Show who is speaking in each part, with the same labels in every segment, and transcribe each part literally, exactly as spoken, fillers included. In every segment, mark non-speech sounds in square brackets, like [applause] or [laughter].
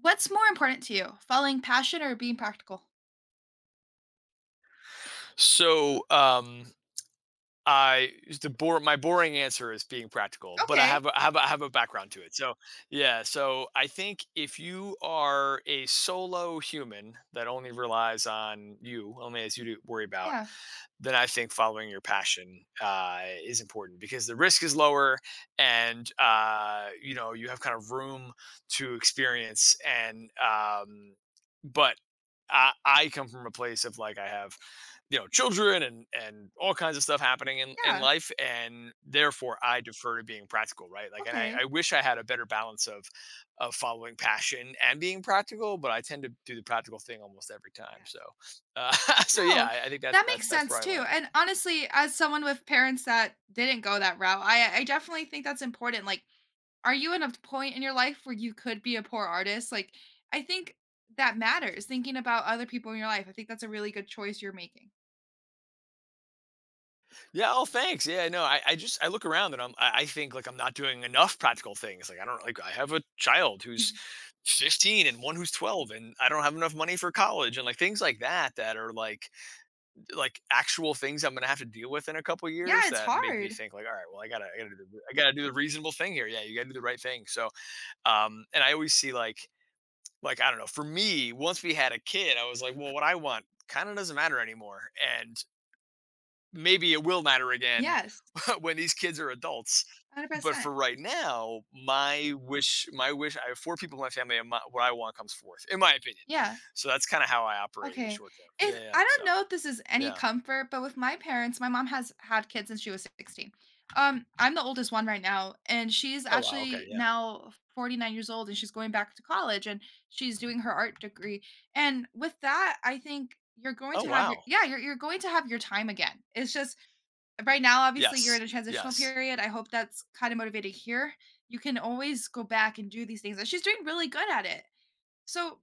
Speaker 1: What's more important to you, following passion or being practical?
Speaker 2: So um, I the bore my boring answer is being practical, but I
Speaker 1: Okay.
Speaker 2: have a, I have a, I have a background to it. So yeah, so I think if you are a solo human that only relies on you, only as you to worry about,
Speaker 1: Yeah,
Speaker 2: then I think following your passion uh, is important because the risk is lower, and uh, you know you have kind of room to experience. And um, but I, I come from a place of like I have you know children and and all kinds of stuff happening in, in
Speaker 1: yeah,
Speaker 2: life, and therefore I defer to being practical, right? Like, and I, I
Speaker 1: okay.
Speaker 2: wish I had a better balance of of following passion and being practical, but I tend to do the practical thing almost every time.
Speaker 1: Yes.
Speaker 2: So uh, [laughs] so yeah,
Speaker 1: No,
Speaker 2: I I think that's
Speaker 1: that
Speaker 2: that's
Speaker 1: makes
Speaker 2: that's where
Speaker 1: sense
Speaker 2: I
Speaker 1: too,
Speaker 2: land.
Speaker 1: and honestly, as someone with parents that didn't go that route, I I definitely think that's important, like, are you in a point in your life where you could be a poor artist? Like, I think that matters, thinking about other people in your life, I think that's a really good choice you're making.
Speaker 2: Yeah. Oh, thanks. Yeah. No, I, I just I look around and I'm I, I think like I'm not doing enough practical things. Like I don't like I have a child who's
Speaker 1: Mhm.
Speaker 2: fifteen and one who's twelve, and I don't have enough money for college and like things like that, that are like like actual things I'm gonna have to deal with in a couple
Speaker 1: Yeah,
Speaker 2: years
Speaker 1: it's
Speaker 2: that make me
Speaker 1: hard.
Speaker 2: think like, all right, well I gotta I gotta do, the- I gotta do the reasonable thing here. Yeah, you gotta do the right thing. So um and I always see like like I don't know, for me, once we had a kid I was like, well, what I want kind of doesn't matter anymore. And maybe it will matter again
Speaker 1: Yes,
Speaker 2: [laughs] when these kids are adults. But
Speaker 1: one hundred percent.
Speaker 2: for right now, my wish, my wish, I have four people in my family, and my, what I want comes forth, in my opinion.
Speaker 1: Yeah.
Speaker 2: So that's kind of how I operate in the
Speaker 1: Okay.
Speaker 2: short term.
Speaker 1: If
Speaker 2: Yeah, yeah.
Speaker 1: I don't
Speaker 2: So
Speaker 1: know if this is any
Speaker 2: yeah.
Speaker 1: comfort, but with my parents, my mom has had kids since she was sixteen. Um, I'm the oldest one right now, and she's
Speaker 2: Oh wow. Okay.
Speaker 1: actually
Speaker 2: Yeah.
Speaker 1: now forty-nine years old and she's going back to college and she's doing her art degree. And with that, I think you're going
Speaker 2: Oh
Speaker 1: to have your
Speaker 2: wow.
Speaker 1: yeah, you're you're going to have your time again. It's just right now, obviously you're in
Speaker 2: Yes.
Speaker 1: a transitional
Speaker 2: Yes.
Speaker 1: period. I hope that's kind of motivating here. You can always go back and do these things. And she's doing really good at it. So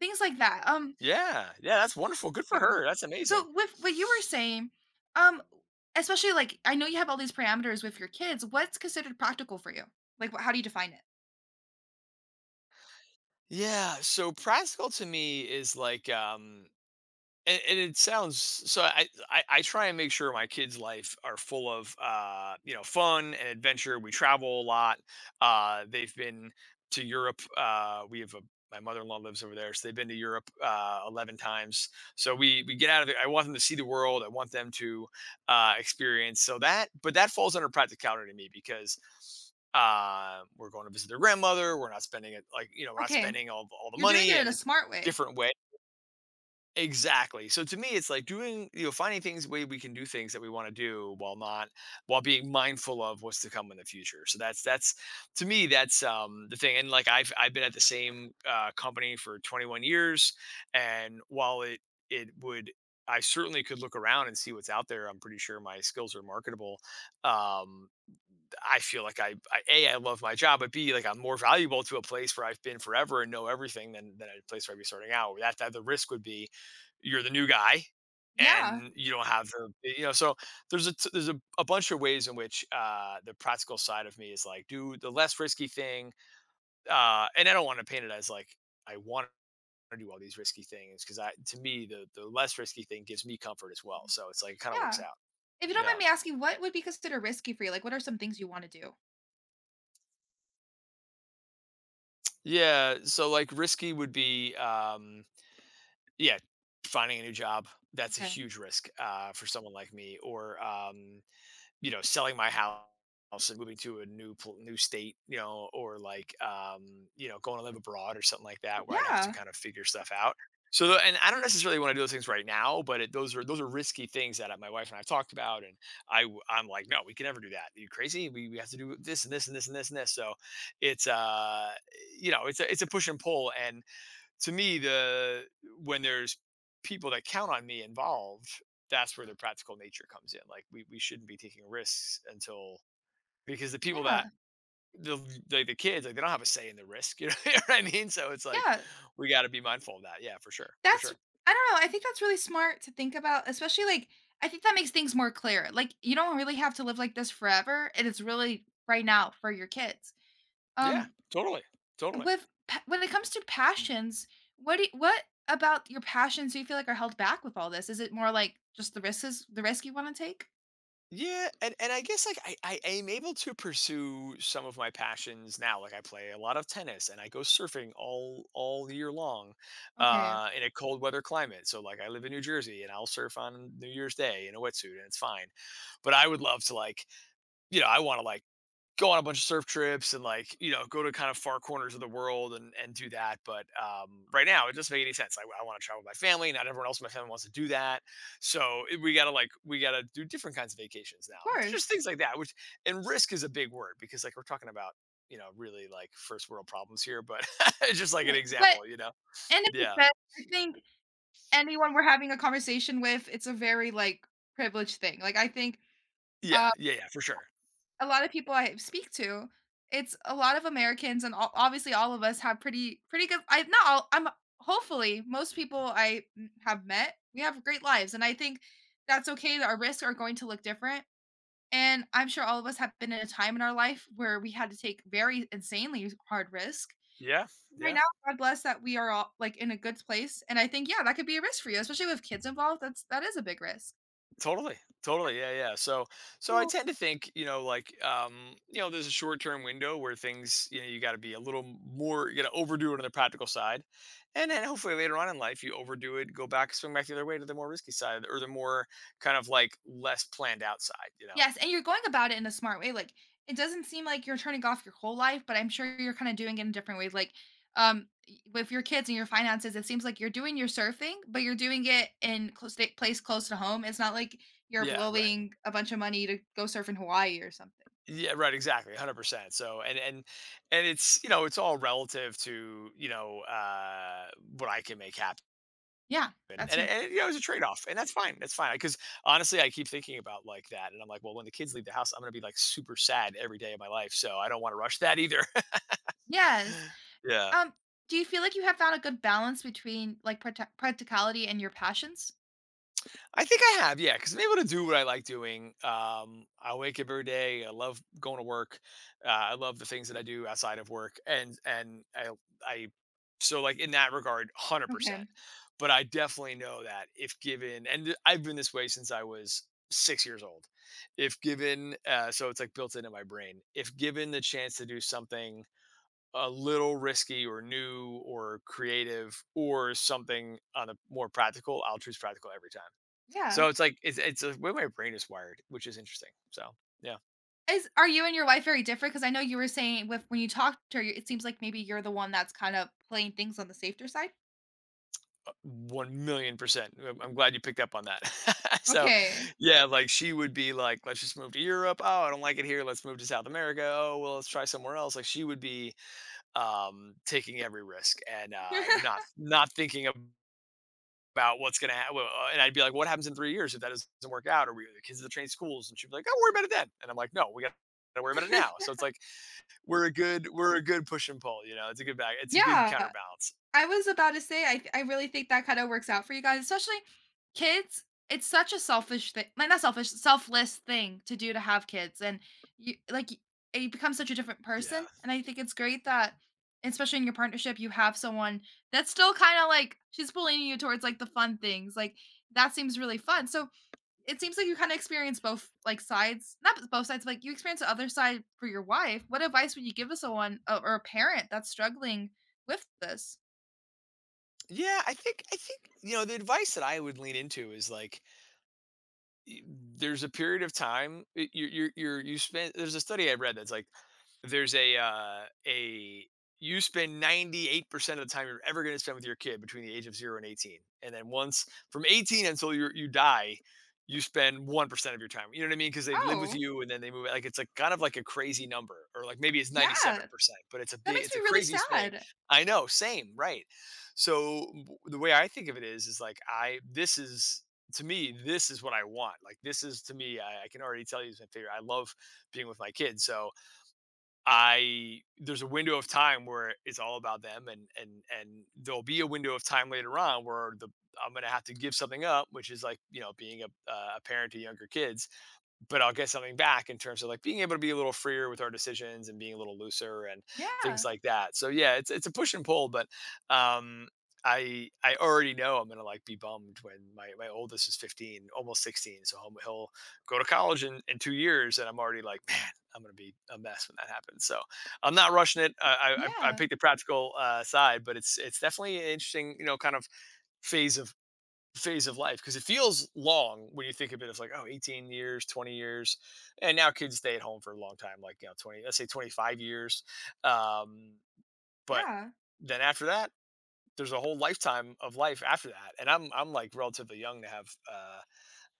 Speaker 1: things like that. Um
Speaker 2: Yeah. Yeah. That's wonderful. Good for
Speaker 1: you.
Speaker 2: her. That's amazing.
Speaker 1: So with what you were saying, um, especially like I know you have all these parameters with your kids. What's considered practical for you? Like, wh- how do you define it?
Speaker 2: Yeah. So practical to me is like um and, and it sounds so I, I i try and make sure my kids life are full of uh you know fun and adventure. We travel a lot. Uh they've been to Europe, uh we have a my mother-in-law lives over there, so they've been to Europe uh eleven times. So we we get out of it. I want them to see the world. I want them to uh experience. So that, but that falls under practicality to me, because uh, we're going to visit their grandmother. We're not spending it like you know we're not
Speaker 1: Okay,
Speaker 2: spending all, all the
Speaker 1: you're doing it
Speaker 2: money,
Speaker 1: in
Speaker 2: and
Speaker 1: a
Speaker 2: it's
Speaker 1: smart
Speaker 2: a
Speaker 1: way.
Speaker 2: different way. Exactly. So to me, it's like doing, you know, finding things way we can do things that we want to do while not while being mindful of what's to come in the future. So that's that's to me that's um the thing. And like I've I've been at the same uh company for twenty-one years, and while it it would I certainly could look around and see what's out there. I'm pretty sure my skills are marketable. Um I feel like I, I a I love my job, but b like I'm more valuable to a place where I've been forever and know everything than than a place where I'd be starting out. That that the risk would be, you're the new guy
Speaker 1: Yeah,
Speaker 2: and you don't have the, you know so there's a t- there's a, a bunch of ways in which uh the practical side of me is like, do the less risky thing. Uh and I don't want to paint it as like I want to do all these risky things, because I, to me, the the less risky thing gives me comfort as well, so it's like it kind of works
Speaker 1: yeah.
Speaker 2: out.
Speaker 1: If you don't mind
Speaker 2: Yeah,
Speaker 1: me asking, what would be considered risky for you? Like, what are some things you want to do?
Speaker 2: yeah so like risky would be um Yeah, finding a new job. That's a
Speaker 1: Okay.
Speaker 2: huge risk, uh, for someone like me. Or, um, you know, selling my house and moving to a new pl new state, you know, or like, um, you know, going to live abroad or something like that where I'd have to
Speaker 1: Yeah,
Speaker 2: kind of figure stuff out. So tho and I don't necessarily wanna do those things right now, but it those are those are risky things that, uh, my wife and I have talked about. And I w I'm like, "No, we can never do that. Are you crazy? We we have to do this and this and this and this and this." So, it's, uh, you know, it's a it's a push and pull, and to me the when there's people that count on me involved, that's where the practical nature comes in. Like we, we shouldn't be taking risks, until because the people that
Speaker 1: yeah,
Speaker 2: the like the kids like they don't have a say in the risk [laughs] you know what I mean? So it's like
Speaker 1: yeah.
Speaker 2: we got to be mindful of that. Yeah, for sure, for
Speaker 1: That's
Speaker 2: sure.
Speaker 1: I don't know, I think that's really smart to think about, especially, like, I think that makes things more clear, like, you don't really have to live like this forever, and it's really right now for your kids.
Speaker 2: Yeah,
Speaker 1: Um,
Speaker 2: totally totally
Speaker 1: with pa when it comes to passions, what do you, what about your passions do you feel like are held back with all this? Is it more like just the risks the risk you wanna take?
Speaker 2: Yeah, and and I guess like I, I am able to pursue some of my passions now. Like I play a lot of tennis and I go surfing all all year long,
Speaker 1: Okay,
Speaker 2: uh, in a cold weather climate. So like I live in New Jersey, and I'll surf on New Year's Day in a wetsuit, and it's fine. But I would love to like, you know, I want to like go on a bunch of surf trips and like you know go to kind of far corners of the world and and do that. But um right now it doesn't make any sense. I, I want to travel with my family. Not everyone else in my family wants to do that, so it- we gotta like we gotta do different kinds of vacations now,
Speaker 1: of
Speaker 2: just
Speaker 1: course.
Speaker 2: things like that, which and risk is a big word, because like we're talking about you know really like first world problems here but [laughs] it's just like an
Speaker 1: Okay, but
Speaker 2: example, you know.
Speaker 1: in it's
Speaker 2: yeah
Speaker 1: defense, I think anyone we're having a conversation with, it's a very, like, privileged thing, like, I think,
Speaker 2: yeah
Speaker 1: um
Speaker 2: yeah yeah for sure.
Speaker 1: a lot of people I speak to, it's a lot of Americans and ob obviously all of us have pretty pretty good I not all I'm hopefully most people I m have met, we have great lives, and I think that's okay that our risks are going to look different, and I'm sure all of us have been in a time in our life where we had to take very insanely hard risk.
Speaker 2: yeah
Speaker 1: Right
Speaker 2: yeah
Speaker 1: now, God bless that we are all, like, in a good place, and I think, yeah, that could be a risk for you, especially with kids involved, that's that is a big risk.
Speaker 2: Totally. Totally. Yeah, yeah. So so I tend to think, you know, like um, you know, there's a short-term window where things, you know, you got to be a little more, you got to overdo it on the practical side. And then hopefully later on in life you overdo it, go back, swing back the other way to the more risky side, or the more kind of like less planned out side, you know.
Speaker 1: Yes, and you're going about it in a smart way, like, it doesn't seem like you're turning off your whole life, but I'm sure you're kinda doing it in different ways, like, um, y with your kids and your finances, it seems like you're doing your surfing, but you're doing it in close to place close to home, it's not like you're
Speaker 2: Yeah, right.
Speaker 1: blowing a bunch of money to go surf in Hawaii or something.
Speaker 2: Yeah, right, exactly. one hundred percent. So and and and it's you know, it's all relative to, you know, uh what I can make happen.
Speaker 1: Yeah,
Speaker 2: And
Speaker 1: that
Speaker 2: and
Speaker 1: too.
Speaker 2: and, you know, it was a trade-off, and that's fine, that's fine, because honestly, I keep thinking about like that, and I'm like, "Well, when the kids leave the house, I'm gonna be like super sad every day of my life, so I don't wanna rush that either."
Speaker 1: Yes,
Speaker 2: [laughs] Yeah.
Speaker 1: um, do you feel like you have found a good balance between, like, practi practicality and your passions?
Speaker 2: I think I have, yeah, because 'cause I'm able to do what I like doing. Um, I wake up every day. I love going to work. Uh, I love the things that I do outside of work, and and I I so like in that regard, hundred percent.
Speaker 1: Okay,
Speaker 2: But I definitely know that if given, and I've been this way since I was six years old. If given, uh, so it's like built into my brain. If given the chance to do something a little risky or new or creative, or something on a more practical, I'll choose practical every time.
Speaker 1: yeah.
Speaker 2: So it's like it's it's uh, the way my brain is wired, which is interesting. So yeah,
Speaker 1: Is are you and your wife very different? Because I know you were saying with when you talked to her, it seems like maybe you're the one that's kind of playing things on the safer side.
Speaker 2: uh, one million percent. I'm I'm glad you picked up on that. [laughs] So
Speaker 1: Okay.
Speaker 2: yeah, like she would be like, let's just move to Europe. Oh, I don't like it here. Let's move to South America. Oh, well, let's try somewhere else. Like she would be um, taking every risk and uh, not
Speaker 1: [laughs]
Speaker 2: not thinking ab- about what's gonna happen. And I'd be like, what happens in three years if that doesn't work out? Or we the kids are train schools, and she'd be like, don't worry about it then. And I'm like, no, we got to worry about it now. So it's like we're a good we're a good push and pull, you know. It's a good back it's a good
Speaker 1: Yeah,
Speaker 2: counterbalance.
Speaker 1: I was about to say I I really think that kind of works out for you guys, especially kids. It's such a selfish thing, like not selfish, selfless thing to do to have kids, and you like y- you become such a different
Speaker 2: Yeah.
Speaker 1: person. And I think it's great that, especially in your partnership, you have someone that's still kind of like she's pulling you towards like the fun things. Like that seems really fun. So it seems like you kind of experience both like sides not both sides but, like you experience the other side for your wife what advice would you give to someone uh, or a parent that's struggling with this
Speaker 2: Yeah, I think I think, you know, the advice that I would lean into is like y- there's a period of time y- you you you you spend. There's a study I read that's like there's a uh a you spend ninety-eight percent of the time you're ever going to spend with your kid between the age of zero and eighteen, and then once from eighteen until you you die you spend one percent of your time, you know what i mean because they live with
Speaker 1: oh
Speaker 2: you and then they move. Like it's like kind of like a crazy number, or like maybe it's
Speaker 1: yeah that
Speaker 2: ninety-seven percent. But it's a big,
Speaker 1: makes
Speaker 2: it's a
Speaker 1: me really
Speaker 2: crazy swing.
Speaker 1: sad
Speaker 2: I know, same, right? So w- the way I think of it is is like, I this is to me, this is what I want. Like this is, to me, I, I can already tell you, is my favorite. I love being with my kids. So I there's a window of time where it's all about them, and and and there'll be a window of time later on where the I'm gonna have to give something up, which is like, you know, being a uh, a parent to younger kids, but I'll get something back in terms of like being able to be a little freer with our decisions and being a little looser and
Speaker 1: yeah
Speaker 2: things like that. So yeah, it's it's a push and pull, but um I I already know I'm gonna like be bummed when my my oldest is fifteen, almost sixteen. So he'll, he'll go to college in, in two years, and I'm already like, man, I'm gonna be a mess when that happens. So I'm not rushing it. I I, I
Speaker 1: yeah
Speaker 2: picked the practical uh, side, but it's it's definitely an interesting, you know, kind of phase of phase of life, because it feels long when you think of it as like, oh, eighteen years, twenty years, and now kids stay at home for a long time, like, you know, twenty, let's say twenty-five years. um but
Speaker 1: yeah
Speaker 2: then after that there's a whole lifetime of life after that. And i'm i'm like relatively young to have uh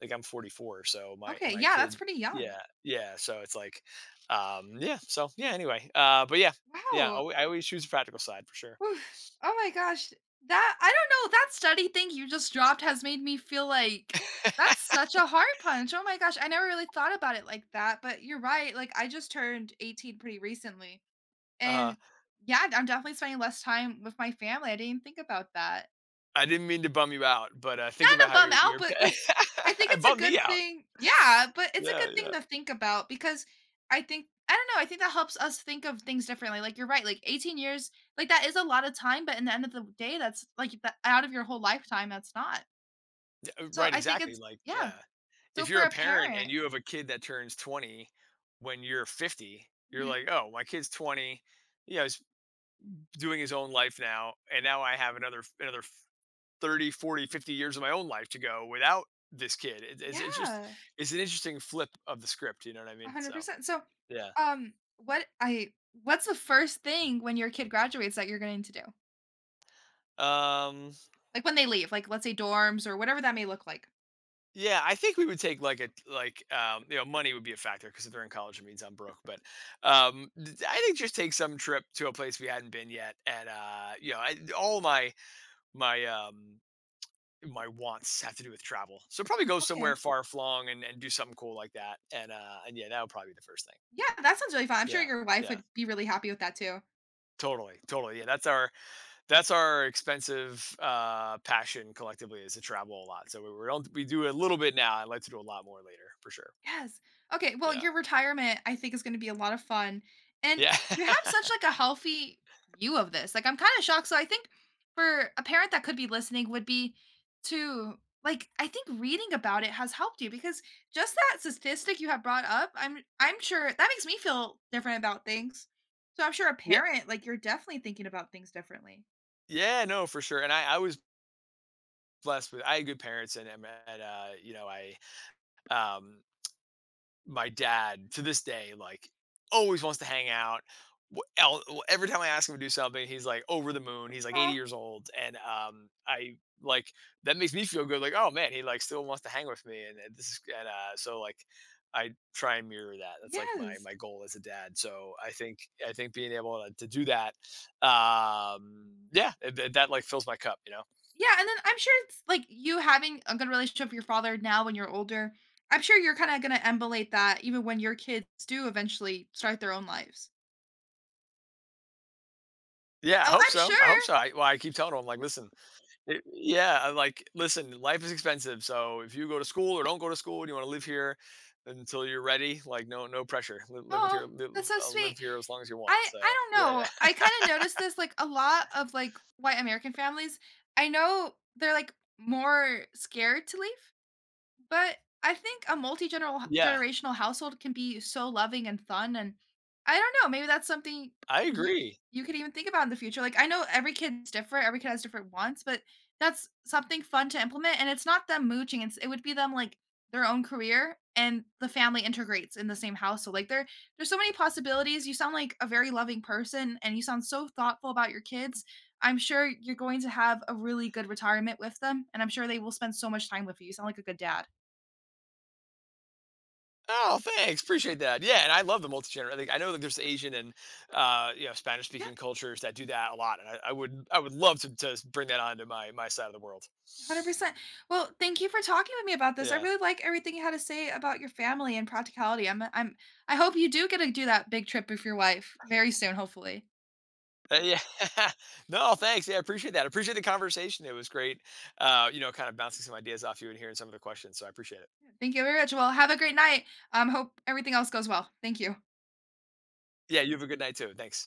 Speaker 2: like I'm forty-four, so my
Speaker 1: okay
Speaker 2: my
Speaker 1: yeah that's
Speaker 2: kid.
Speaker 1: pretty young
Speaker 2: Yeah. Yeah, so it's like, um yeah, so yeah, anyway, uh but yeah. Yeah, I,
Speaker 1: wow.
Speaker 2: alwa- I always choose the practical side for sure.
Speaker 1: Oof, oh my gosh that I don't know that study thing you just dropped has made me feel like that's such a hard punch oh my gosh I never really thought about it like that but you're right like I just turned eighteen pretty recently.
Speaker 2: uh
Speaker 1: And, yeah, I'm definitely spending less time with my family, I didn't think about that.
Speaker 2: I didn't mean to bum you out, but uh, think
Speaker 1: Not a
Speaker 2: about how
Speaker 1: bum
Speaker 2: your
Speaker 1: out,
Speaker 2: your
Speaker 1: but, like, I
Speaker 2: [laughs]
Speaker 1: think
Speaker 2: I
Speaker 1: it's a
Speaker 2: bummed
Speaker 1: good
Speaker 2: me out.
Speaker 1: thing. Yeah, but it's a good
Speaker 2: Yeah,
Speaker 1: thing
Speaker 2: yeah.
Speaker 1: to think about because I think I don't know, I think that helps us think of things differently, like, you're right, like, eighteen years, like, that is a lot of time, but in the end of the day, that's, like, that out of your whole lifetime, that's not.
Speaker 2: D uh,
Speaker 1: So,
Speaker 2: Right,
Speaker 1: I think
Speaker 2: exactly,
Speaker 1: it's
Speaker 2: like,
Speaker 1: yeah.
Speaker 2: yeah.
Speaker 1: So,
Speaker 2: If
Speaker 1: for
Speaker 2: you're a
Speaker 1: a
Speaker 2: parent and
Speaker 1: parent.
Speaker 2: you have a kid that turns twenty when you're fifty, you're
Speaker 1: Mhm.
Speaker 2: like, "Oh, my kid's twenty, you know, he's doing his own life now, and now I have another another thirty, forty, fifty years of my own life to go without this kid." It it's it's just
Speaker 1: Yeah,
Speaker 2: it's an interesting flip of the script, you know what I mean? So,
Speaker 1: one hundred percent. So,
Speaker 2: yeah.
Speaker 1: um, what I what's the first thing when your kid graduates that you're going to do?
Speaker 2: Um
Speaker 1: Like, when they leave, like, let's say dorms or whatever that may look like.
Speaker 2: Yeah, I think we would take like a like um, you know, money would be a factor, because if they're in college it means I'm broke. But um, d- I think just take some trip to a place we hadn't been yet, and uh, you know, I, all my my um, my wants have to do with travel. So probably go somewhere
Speaker 1: Okay.
Speaker 2: far flung and, and do something cool like that. And uh, and yeah, that would probably be the first thing.
Speaker 1: Yeah, that sounds really fun. I'm sure
Speaker 2: Yeah,
Speaker 1: your wife
Speaker 2: yeah,
Speaker 1: would be really happy with that too.
Speaker 2: totally, totally. Yeah, that's our that's our expensive uh, passion collectively, is to travel a lot. So we, we don't we do a little bit now. I'd like to do a lot more later for sure.
Speaker 1: Yes. Okay, well,
Speaker 2: Yeah.
Speaker 1: your retirement, I think, is gonna be a lot of fun, and
Speaker 2: Yeah.
Speaker 1: you have such,
Speaker 2: [laughs]
Speaker 1: like, a healthy view of this, like, I'm kinda shocked, so I think for a parent that could be listening would be to like, I think reading about it has helped you because just that statistic you have brought up, I'm I'm sure that makes me feel different about things. So I'm sure a
Speaker 2: Yeah,
Speaker 1: parent, like, you're definitely thinking about things differently.
Speaker 2: yeah, no, for sure, and I I was blessed with, I had good parents and, um, and, uh, you know, I, um my dad to this day, like, always wants to hang out. Wh- el- every time I ask him to do something, he's like over the moon. He's like eighty
Speaker 1: Aw.
Speaker 2: years old, and um I like That makes me feel good, like, oh man, he like still wants to hang with me, and, and this is, and uh so like I try and mirror that. That's like my
Speaker 1: Yes.
Speaker 2: my goal as a dad. So I think i think being able to, to do that, um yeah, it- it- that like fills my cup, you know?
Speaker 1: Yeah, and then I'm sure it's like you having a good relationship with your father now when you're older, I'm sure you're kinda gonna emulate that even when your kids do eventually start their own lives. Yeah,
Speaker 2: Yeah, I
Speaker 1: oh,
Speaker 2: hope
Speaker 1: I'm
Speaker 2: so, I hope
Speaker 1: sure.
Speaker 2: so. I, well, I keep telling him, I'm like, listen. It, yeah, like, "Listen, life is expensive, so if you go to school or don't go to school and you wanna live here until you're ready, like, no no pressure. Live live with
Speaker 1: Oh,
Speaker 2: your live
Speaker 1: that's so
Speaker 2: uh,
Speaker 1: sweet.
Speaker 2: live here as long as you want."
Speaker 1: I
Speaker 2: So,
Speaker 1: I don't
Speaker 2: yeah,
Speaker 1: know,
Speaker 2: yeah. [laughs]
Speaker 1: I kinda noticed this, like, a lot of, like, white American families, I know they're, like, more scared to leave. But I think a multi
Speaker 2: Yeah,
Speaker 1: generational household can be so loving and fun, and I don't know, maybe that's something
Speaker 2: I
Speaker 1: you
Speaker 2: agree.
Speaker 1: you could even think about in the future. Like I know every kid's different, every kid has different wants, but that's something fun to implement. And it's not them mooching; it's it would be them like their own career and the family integrates in the same household. Like there, there's so many possibilities. You sound like a very loving person, and you sound so thoughtful about your kids. I'm sure you're going to have a really good retirement with them, and I'm sure they will spend so much time with you. You sound like a good dad.
Speaker 2: Oh, thanks, appreciate that. Yeah, and I love the multi-gener I think, I know that there's Asian and, uh, you know,
Speaker 1: Yeah,
Speaker 2: Spanish-speaking cultures that do that a lot, and I I would, I would love to to bring that onto my my side of the world.
Speaker 1: one hundred percent. Well, thank you for talking with me about this. I
Speaker 2: Yeah.
Speaker 1: really like everything you had to say about your family and practicality. I'm I'm I hope you do get to do that big trip with your wife very soon, hopefully.
Speaker 2: Uh, yeah. [laughs] No, thanks. Yeah, I appreciate that. I appreciate the conversation. It was great, uh, you know, kind of bouncing some ideas off you and hearing some of the questions. So I appreciate it.
Speaker 1: Thank you very much. Well, have a great night. Um, hope everything else goes well. Thank you.
Speaker 2: Yeah, you have a good night too. Thanks.